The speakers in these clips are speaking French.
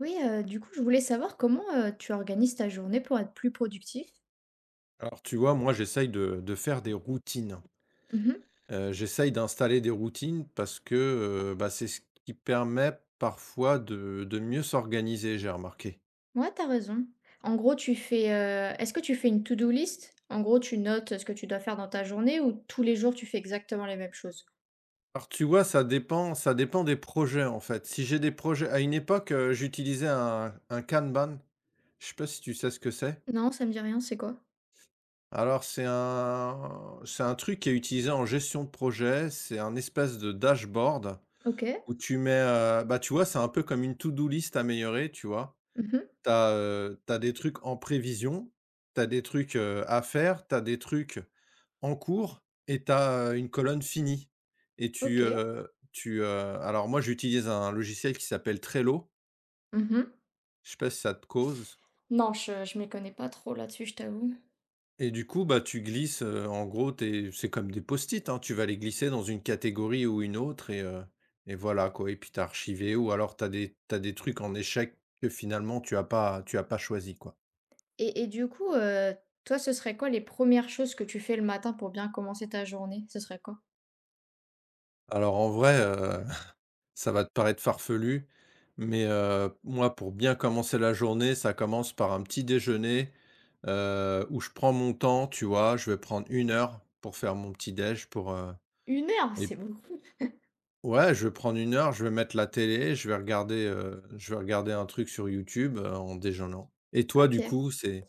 Oui, du coup, je voulais savoir comment, tu organises ta journée pour être plus productif? Alors, tu vois, moi, j'essaye de faire des routines. Mhm. J'essaye d'installer des routines parce que, bah, c'est ce qui permet parfois de mieux s'organiser, j'ai remarqué. Ouais, t'as raison. En gros, tu fais, est-ce que tu fais une to-do list? En gros, tu notes, ce que tu dois faire dans ta journée ou tous les jours, tu fais exactement les mêmes choses? Alors, tu vois, ça dépend des projets, en fait. Si j'ai des projets à une époque, j'utilisais un Kanban. Je sais pas si tu sais ce que c'est? Non, ça me dit rien, c'est quoi? Alors, c'est un truc qui est utilisé en gestion de projet. C'est un espèce de dashboard OK. où tu mets, bah, tu vois, c'est un peu comme une to do list améliorée, tu vois? Mhm. T'as des trucs en prévision, t'as des trucs, à faire, t'as des trucs en cours et t'as une colonne finie et OK. Alors moi j'utilise un logiciel qui s'appelle Trello, Mhm. je sais pas si ça te cause Non, je m'y connais pas trop là-dessus, je t'avoue. et du coup, bah, tu glisses, en gros tes c'est comme des post-it, hein, tu vas les glisser dans une catégorie ou une autre et voilà quoi et puis t'as archivé ou alors t'as des trucs en échec que finalement tu as pas choisi quoi. Et du coup, toi, ce serait quoi les premières choses que tu fais le matin pour bien commencer ta journée? Ce serait quoi? Alors en vrai, ça va te paraître farfelu, mais moi, pour bien commencer la journée, ça commence par un petit déjeuner, où je prends mon temps, tu vois? Je vais prendre une heure pour faire mon petit déj Une heure? et C'est beaucoup. ouais, je vais prendre une heure, je vais mettre la télé, je vais regarder un truc sur YouTube, en déjeunant. Et toi, du OK. coup, c'est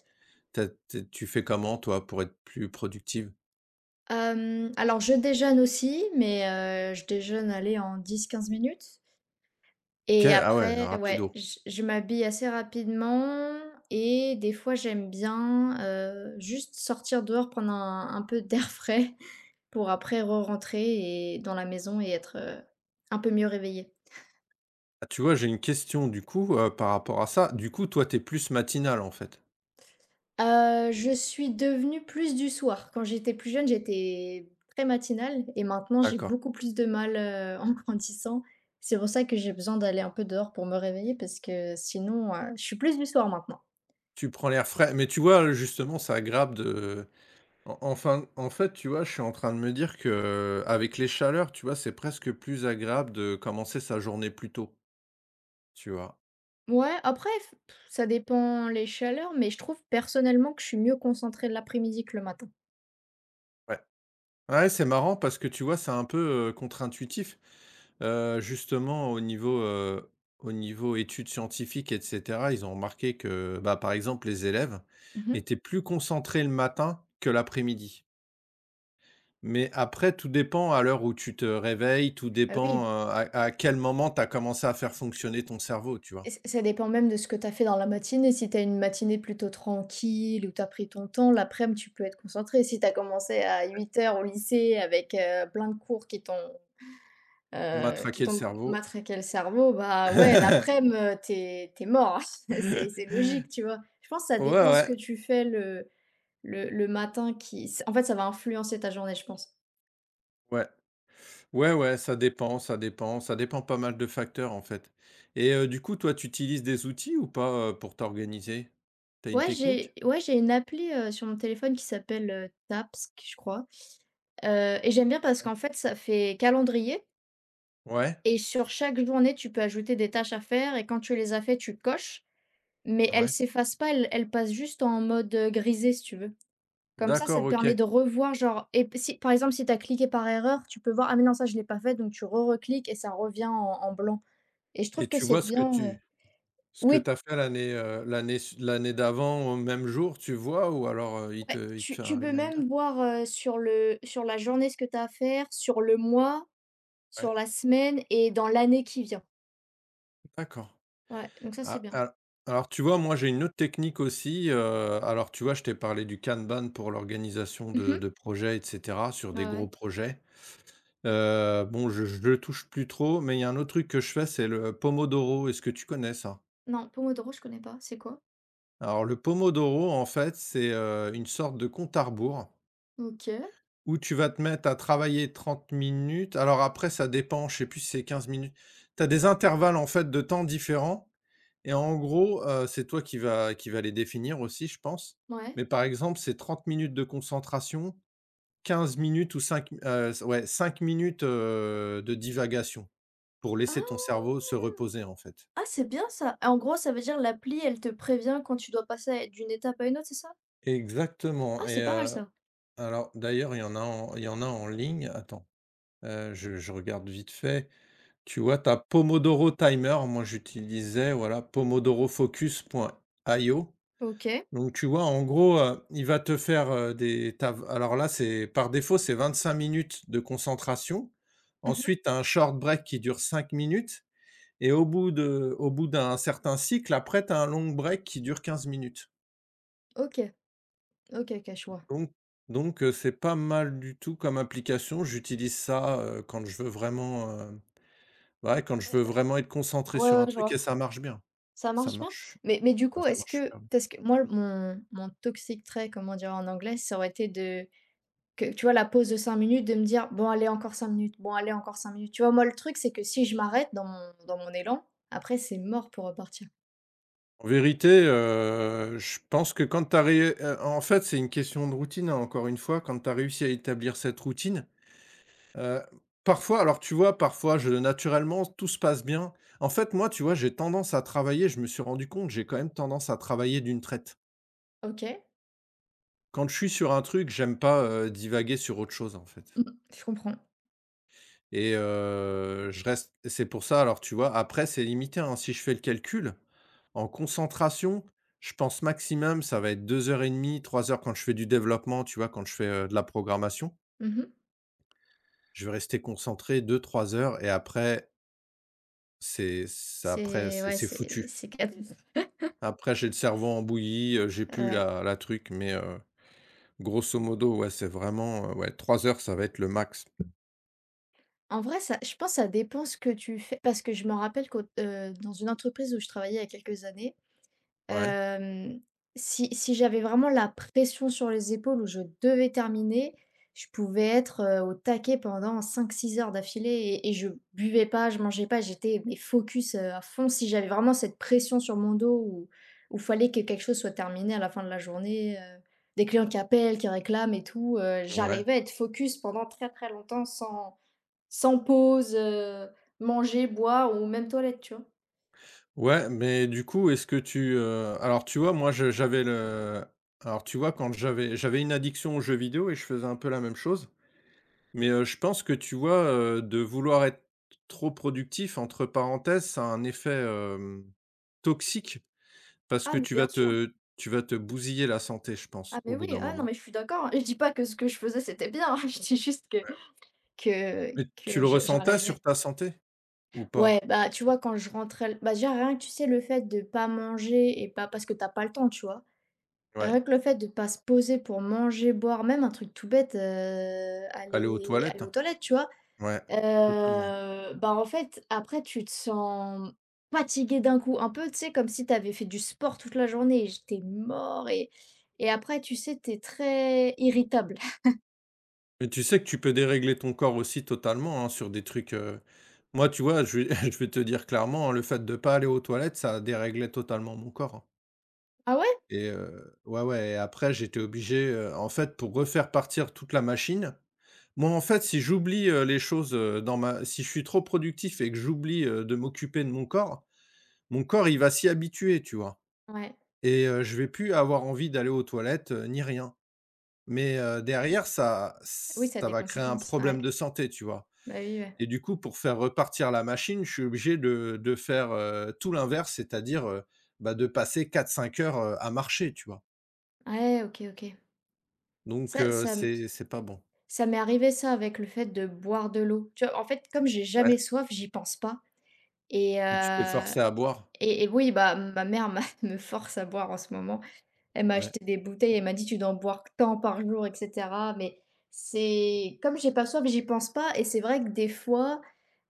tu as tu fais comment, toi, pour être plus productive? Alors je déjeune aussi, mais je déjeune, allez, en 10 15 minutes OK, et ah ouais, après, ouais, rapido. je m'habille assez rapidement et des fois j'aime bien, juste sortir dehors, prendre un peu d'air frais pour après re-rentrer et dans la maison et être, un peu mieux réveillée. Ah, tu vois, j'ai une question, du coup, par rapport à ça. Du coup, toi, t'es plus matinal en fait? Je suis devenue plus du soir. Quand j'étais plus jeune, j'étais très matinale et maintenant j'ai D'accord. beaucoup plus de mal, en grandissant. C'est pour ça que j'ai besoin d'aller un peu dehors pour me réveiller parce que sinon, je suis plus du soir maintenant. Tu prends l'air frais, mais tu vois, justement, ça aggrave de en enfin, en fait, tu vois, je suis en train de me dire que avec les chaleurs, tu vois, c'est presque plus agréable de commencer sa journée plus tôt, tu vois? Ouais, après ça dépend les chaleurs, mais je trouve personnellement que je suis mieux concentrée l'après-midi que le matin. Ouais. Ouais, c'est marrant parce que tu vois, c'est un peu, contre-intuitif. Justement au niveau, au niveau études scientifiques et cetera, ils ont remarqué que, bah, par exemple, les élèves Mmh. étaient plus concentrés le matin que l'après-midi. Mais après, tout dépend à l'heure où tu te réveilles, tout Ah oui. dépend, à quel moment tu as commencé à faire fonctionner ton cerveau, tu vois? Et ç ça dépend même de ce que tu as fait dans la matinée. Si tu as une matinée plutôt tranquille où tu as pris ton temps, laprès midi tu peux être concentré. Si tu as commencé à 8 heures au lycée avec, plein de cours qui t'ont, On m'a heu, qui traqué le t'ont cerveau. matraqué le cerveau, bah, ouais, laprès midi t'es es mort. C'est logique, tu vois? Je pense que ça Ouais, dépend ce ouais, que tu fais le matin qui en fait, ça va influencer ta journée, je pense. ouais. Ouais, ouais, ça dépend pas mal de facteurs, en fait. Du coup, toi, tu utilises des outils ou pas, pour t'organiser? T'as une Ouais, technique? J'ai une appli, sur mon téléphone qui s'appelle, Tapsk, je crois, et j'aime bien parce Ouais. qu'en fait, ça fait calendrier. Ouais? Et sur chaque journée, tu peux ajouter des tâches à faire et quand tu les as fait, tu coches, mais elles Ouais. s'effacent pas, elles passent juste en mode, grisé si tu veux. Comme ça D'accord, te permet OK. de revoir genre et p si par exemple, si tu as cliqué par erreur, tu peux voir: «Ah mais non, ça je l'ai pas fait», donc tu re recliques et ça revient en blanc. Et je trouve Et que tu vois c'est ce que bien, tu ce que oui, t'as fait l'année d'avant au même jour, tu vois? Ou alors, il ouais, te il te tu fait un tu peux reminder? même voir, sur la journée ce que tu as à faire, sur le mois, Ouais. sur la semaine et dans l'année qui vient. D'accord. Ouais, donc ça c'est A bien. al alors tu vois, moi j'ai une autre technique aussi, je t'ai parlé du Kanban pour l'organisation de Mhm. de projets et cetera, sur Ouais, des ouais. gros projets. Bon, je le touche plus trop, mais il y a un autre truc que je fais, c'est le Pomodoro. Est-ce que tu connais ça? Non, Pomodoro, je connais pas, c'est quoi? Alors le Pomodoro, en fait, c'est, une sorte de compte à rebours OK. où tu vas te mettre à travailler 30 minutes. Alors après, ça dépend, je sais plus si c'est 15 minutes. Tu as des intervalles, en fait, de temps différents. Et en gros, c'est toi qui va les définir aussi, je pense. Ouais. Mais par exemple, c'est 30 minutes de concentration, 15 minutes ou 5 m c ouais, 5 minutes, de divagation pour laisser ton Ah! cerveau se reposer, en fait. Ah, c'est bien ça! En gros, ça veut dire l'appli, elle te prévient quand tu dois passer à d'une étape à une autre, c'est ça? Ah, Exactement et c'est pas mal ça. alors d'ailleurs, il y en a en ligne. Attends, je regarde vite fait. Tu vois, tu as Pomodoro Timer. Moi, j'utilisais, voilà, pomodorofocus.io. OK. Donc tu vois, en gros, il va te faire, des tu alors là, c'est par défaut, c'est 25 minutes de concentration. Mmh. Ensuite, tu as un short break qui dure 5 minutes et au bout d'un certain cycle, après, tu as un long break qui dure 15 minutes. OK. OK, OK, je vois. Donc donc c'est pas mal du tout comme application. J'utilise ça, quand je veux vraiment, ouais, quand je veux vraiment être concentré Ouais, sur un ouais, je truc vois. et ça marche bien. Ça Ça marche bien. marche Mais du ah, coup, ça est-ce marche que super. parce que moi, mon toxic trait, comment dire en anglais, ça aurait été de que tu vois la pause de 5 minutes, de me dire: «Bon allez encore 5 minutes, bon allez encore 5 minutes». Tu vois? Moi, le truc, c'est que si je m'arrête dans mon élan, après c'est mort pour repartir. En vérité, je pense que quand tu as en fait, c'est une question de routine, hein, encore une fois. Quand tu as réussi à établir cette routine, heu, parfois alors tu vois, parfois je naturellement, tout se passe bien. En fait, moi, tu vois, j'ai tendance à travailler, je me suis rendu compte, j'ai quand même tendance à travailler d'une traite. OK. Quand je suis sur un truc, j'aime pas, divaguer sur autre chose, en fait Mmh, je comprends. et je reste c'est pour ça alors tu vois, après c'est limité, hein, si je fais le calcul. En concentration, je pense maximum, ça va être 2 heures et demie, 3 heures quand je fais du développement, tu vois? Quand je fais, de la programmation. Mmh. Je vais rester concentré 2, 3 heures et après c'est ça après C'est c'est ouais, c'est foutu. c'est cat Après j'ai le cerveau embouilli, j'ai plus ouais. la truc mais grosso modo, ouais, c'est vraiment, 3 heures, ça va être le max. En vrai, ça je pense que ça dépend ce que tu fais parce que je me rappelle qu'au dans une entreprise où je travaillais il y a quelques années, Ouais, Hem, si si j'avais vraiment la pression sur les épaules où je devais terminer, je pouvais être, au taquet pendant 5 6 heures d'affilée et je buvais pas, je mangeais pas, j'étais mais focus, à fond. Si j'avais vraiment cette pression sur mon dos où fallait que quelque chose soit terminé à la fin de la journée, des clients qui appellent, qui réclament et tout, ouais. j'arrivais à être focus pendant très, très longtemps sans pause, manger, boire ou même toilette, tu vois? Ouais, mais du coup, alors tu vois, moi je j'avais le alors tu vois, quand j'avais une addiction aux jeux vidéo et je faisais un peu la même chose. Mais, je pense que tu vois, de vouloir être trop productif entre parenthèses, ça a un effet, toxique parce Ah que mais tu vas bien sûr! te tu vas te bousiller la santé, je pense, Ah mais au bout oui, d'un ah non moment. mais je suis d'accord, hein. Je dis pas que ce que je faisais c'était bien, je dis juste Ouais. Mais tu que le je ressentais sur j'arrivais. ta santé ou Ouais, pas? bah, tu vois quand je rentrais bah, déjà rien que tu sais le fait de pas manger et pas parce que t'as pas le temps, tu vois? Ouais, Rien que le fait de pas se poser pour manger, boire, même un truc tout bête, aller aux aller toilettes? aux Hein. toilettes, tu vois? Ouais, totalement. Bah, en fait, après tu te sens fatigué d'un coup, un peu, tu sais, comme si t'avais fait du sport toute la journée et j'étais mort et après tu sais, t'es très irritable. Mais tu sais que tu peux dérégler ton corps aussi totalement, hein, sur des trucs, moi, tu vois, je vais je vais te dire clairement, hein, le fait de pas aller aux toilettes, ça a déréglé totalement mon corps, hein. Ah ouais? Ouais, ouais et après j'étais obligé, en fait pour refaire partir toute la machine. Moi en fait si j'oublie, les choses, dans ma si je suis trop productif et que j'oublie, de m'occuper de mon corps il va s'y habituer, tu vois? Ouais. Je vais plus avoir envie d'aller aux toilettes, ni rien. Mais derrière ça Oui, ça a ça des va créer un conséquences, ouais. problème de santé, tu vois? Bah oui, ouais. Et du coup pour faire repartir la machine, je suis obligé de faire, tout l'inverse, c'est-à-dire, bah, de passer 4, 5 heures, à marcher, tu vois? Ouais, OK, OK. Donc Ça heu, ça me c'est pas bon. ça m'est arrivé ça avec le fait de boire de l'eau. Tu vois? En fait, comme j'ai Ouais. jamais soif, j'y pense pas et Et tu t'es heu forcé à boire? et et oui, bah, ma mère m'a me force à boire en ce moment. Elle m'a Ouais. acheté des bouteilles, elle m'a dit: «Tu dois en boire tant par jour et cetera» mais c'est comme j'ai pas soif, j'y pense pas et c'est vrai que des fois,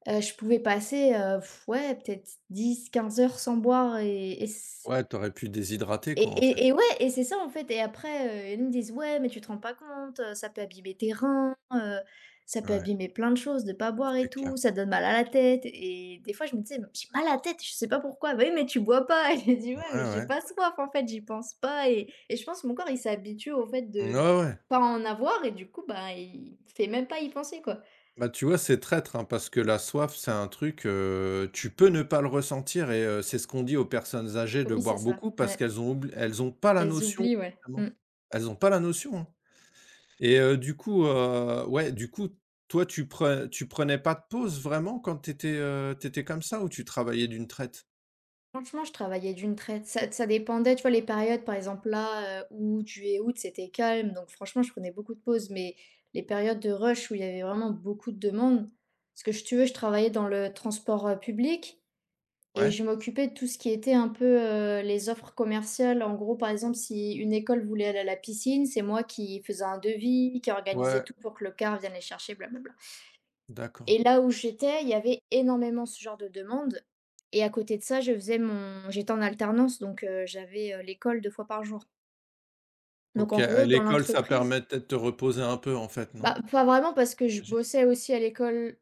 je pouvais passer, ouais, peut-être 10 15 heures sans boire et Ouais, t'aurais pu déshydrater Et quoi, en fait. et et ouais et c'est ça en fait et après, ils me disent: «Ouais, mais tu te rends pas compte, ça peut abîmer tes reins, ça peut Ouais, abîmer plein de choses de pas boire et c'est clair. tout, ça donne mal à la tête» et des fois je me disais: «Mais j'ai mal à la tête, je sais pas pourquoi». «Bah oui, mais tu bois pas» et j'ai dit: Ouais, «Ouais, mais j'ai ouais. pas soif en fait, j'y pense pas» et je pense que mon corps il s'habitue au fait Ouais, de ouais. pas en avoir et du coup, bah, il fait même pas y penser quoi. Bah, tu vois, c'est traître, hein, parce que la soif, c'est un truc, tu peux ne pas le ressentir et c'est ce qu'on dit aux personnes âgées de Oui, c'est boire ça, beaucoup parce ouais. qu'elles ont pas la Elles notion, oublient, ouais. justement. Mmh. Elles ont pas la notion, hein. Du coup, du coup, toi, tu prenais pas de pause vraiment quand t'étais comme ça ou tu travaillais d'une traite? Franchement, je travaillais d'une traite. Ça dépendait, tu vois, les périodes, par exemple, là, août, juillet, août, c'était calme, donc franchement, je prenais beaucoup de pauses, mais les périodes de rush où il y avait vraiment beaucoup de demandes parce que si tu veux, je travaillais dans le transport, public et Ouais? je m'occupais de tout ce qui était un peu, les offres commerciales. En gros, par exemple, si une école voulait aller à la piscine, c'est moi qui faisais un devis, qui organisais Ouais. tout pour que le CAR vienne les chercher, blablabla. Et D'accord. là où j'étais, il y avait énormément ce genre de demande et à côté de ça, je faisais mon j'étais en alternance donc j'avais, l'école 2 fois par jour. Donc OK, en à gros, dans l'école, ça l'entreprise permet peut-être de te reposer un peu en fait, non? bah, pas vraiment parce que je J'imagine. bossais aussi à l'école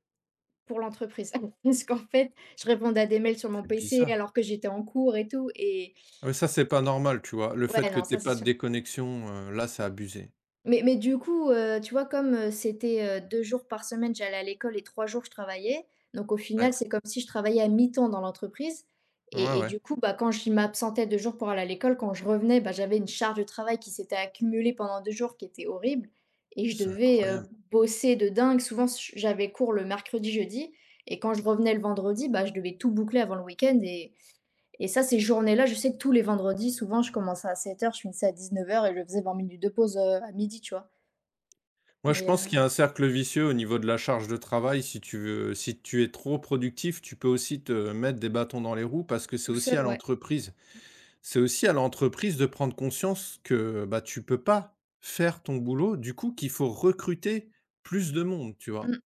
pour l'entreprise. Parce qu'en fait, je répondais à des mails sur mon C'est PC bizarre. alors que j'étais en cours et tout et Ouais, ça, c'est pas normal, tu vois? Le fait ouais, que non, ça t'aies c'est pas de sûr. déconnexion, là, c'est abusé. Mais du coup, tu vois, comme, c'était, 2 jours par semaine, j'allais à l'école et 3 jours je travaillais, donc au Ouais. final, c'est comme si je travaillais à mi-temps dans l'entreprise Ouais, et ouais, du coup, bah, quand je m'absentais 2 jours pour aller à l'école, quand je revenais, bah, j'avais une charge de travail qui s'était accumulée pendant 2 jours qui était horrible et je c'est devais, incroyable. bosser de dingue. Souvent, s j'avais cours le mercredi, jeudi et quand je revenais le vendredi, bah, je devais tout boucler avant le week-end et ça, ces journées-là, je sais que tous les vendredis, souvent, je commençais à 7 heures je finissais à 19 heures et je faisais 20 minutes de pause, à midi tu vois? Moi, je Mais pense heu, qu'il y a un cercle vicieux au niveau de la charge de travail. Si tu es trop productif, tu peux aussi te mettre des bâtons dans les roues parce que c'est tout aussi seul, à ouais. l'entreprise. C'est aussi à l'entreprise de prendre conscience que, bah, tu peux pas faire ton boulot, du coup, qu'il faut recruter plus de monde, tu vois? Mmh.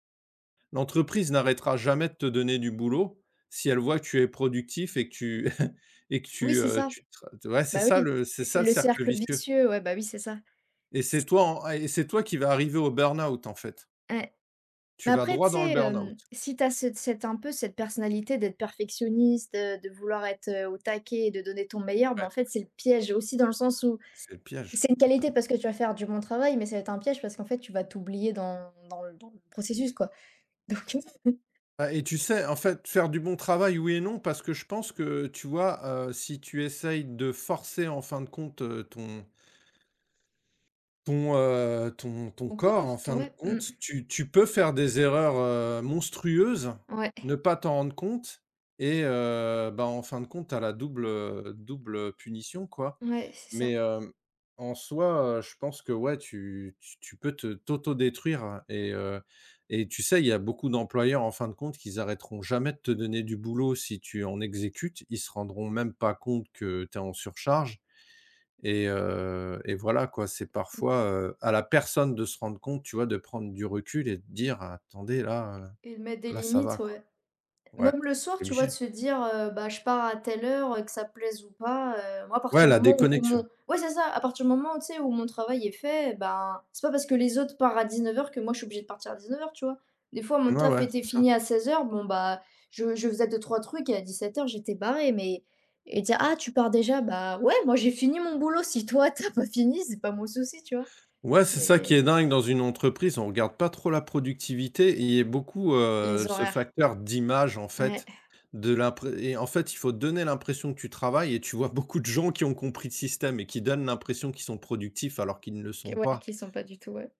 L'entreprise n'arrêtera jamais de te donner du boulot si elle voit que tu es productif et que tu et que Oui, tu, c'est ça. tu tra ouais, c'est Bah, ça oui, le c'est ça c'est le le cercle cercle vicieux vicieux, ouais, bah, oui, c'est ça. et S c'est toi en et c'est toi qui vas arriver au burn-out, en fait. Ouais. Tu Mais vas après, tu droit dans le sais, burn-out. si t'as as cette un peu cette personnalité d'être perfectionniste, de vouloir être, au taquet et de donner ton meilleur, mais en Ouais, fait, c'est le piège aussi dans le sens où c'est le piège, c'est une qualité totalement. parce que tu vas faire du bon travail, mais ça va être un piège parce qu'en fait, tu vas t'oublier dans le processus, quoi. Donc Ah et tu sais, en fait, faire du bon travail, oui et non, parce que je pense que, tu vois, si tu essayes de forcer en fin de compte, ton ton corps, en corps, ton fin de ouais, mmh, compte, tu peux faire des erreurs, monstrueuses, ouais, ne pas t'en rendre compte et bah, en fin de compte, tu as la double punition, quoi. ouais, c'est Mais ça. hem, en soi, je pense que ouais, tu peux te t'autodétruire et tu sais, il y a beaucoup d'employeurs, en fin de compte, qu'ils arrêteront jamais de te donner du boulot si tu en exécutes. Ils se rendront même pas compte que tu es en surcharge et voilà quoi, c'est parfois, à la personne de se rendre compte, tu vois? De prendre du recul et de dire: «Attendez là, Et de mettre des là ça va limites, quoi». ouais. Ouais, Même le soir, tu tu vois, de obligé. se dire, bah, je pars à telle heure, que ça plaise ou pas, moi à Ouais, partir du la moment où où déconnexion. mon ouais, c'est ça, à partir du moment, tu sais, où mon travail est fait, ben, c'est pas parce que les autres partent à 19 heures que moi je suis obligée de partir à 19 heures, tu vois? Des fois mon Ouais, taf ouais, était c'est ça. fini à 16 heures. Bon, bah, je faisais deux trois trucs et à 17 heures, j'étais barrée, mais et dire: «Ah, tu pars déjà?» bah, ouais, moi j'ai fini mon boulot, si toi t'as pas fini, c'est pas mon souci, tu vois? Ouais, c'est ça qui Et est dingue dans une entreprise, on regarde pas trop la productivité et il y a beaucoup, les ce horaires, facteur d'image en ouais, fait, de l'impré et en fait, il faut donner l'impression que tu travailles et tu vois beaucoup de gens qui ont compris le système et qui donnent l'impression qu'ils sont productifs alors qu'ils ne le sont pas. qui sont pas du tout, ouais.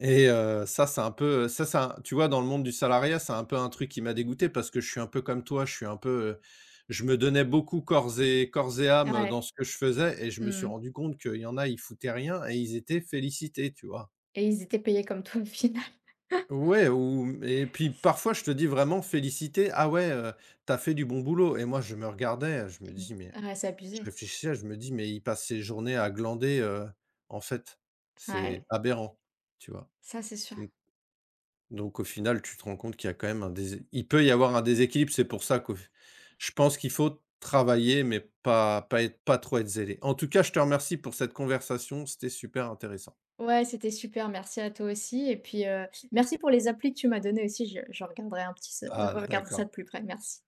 Ça, c'est un peu ça, ça, tu vois, dans le monde du salariat, c'est un peu un truc qui m'a dégoûté parce que je suis un peu comme toi, je suis un peu, je me donnais beaucoup corps et âme Ouais, dans ce que je faisais et je me suis mmh rendu compte qu'il y en a, ils foutaient rien et ils étaient félicités, tu vois? et ils étaient payés comme toi au final. Ouais ou et puis parfois, je te dis vraiment félicité: «Ah ouais, tu fait du bon boulot» et moi, je me regardais, je me dis: «Mais» Mmh. Ouais, c'est je abusé. réfléchissais, je me dis: «Mais ils passent ses journées à glander» en fait, Ouais, c'est aberrant, tu vois? ça, c'est sûr. Donc au final, tu te rends compte qu'il y a quand même un dés il peut y avoir un déséquilibre. C'est pour ça que je pense qu'il faut travailler, mais pas trop être zélé. En tout cas, je te remercie pour cette conversation, c'était super intéressant. Ouais, c'était super, merci à toi aussi et puis, merci pour les applis que tu m'as données aussi, je regarderai un petit je Ah regarderai ça d'accord. de plus près, merci.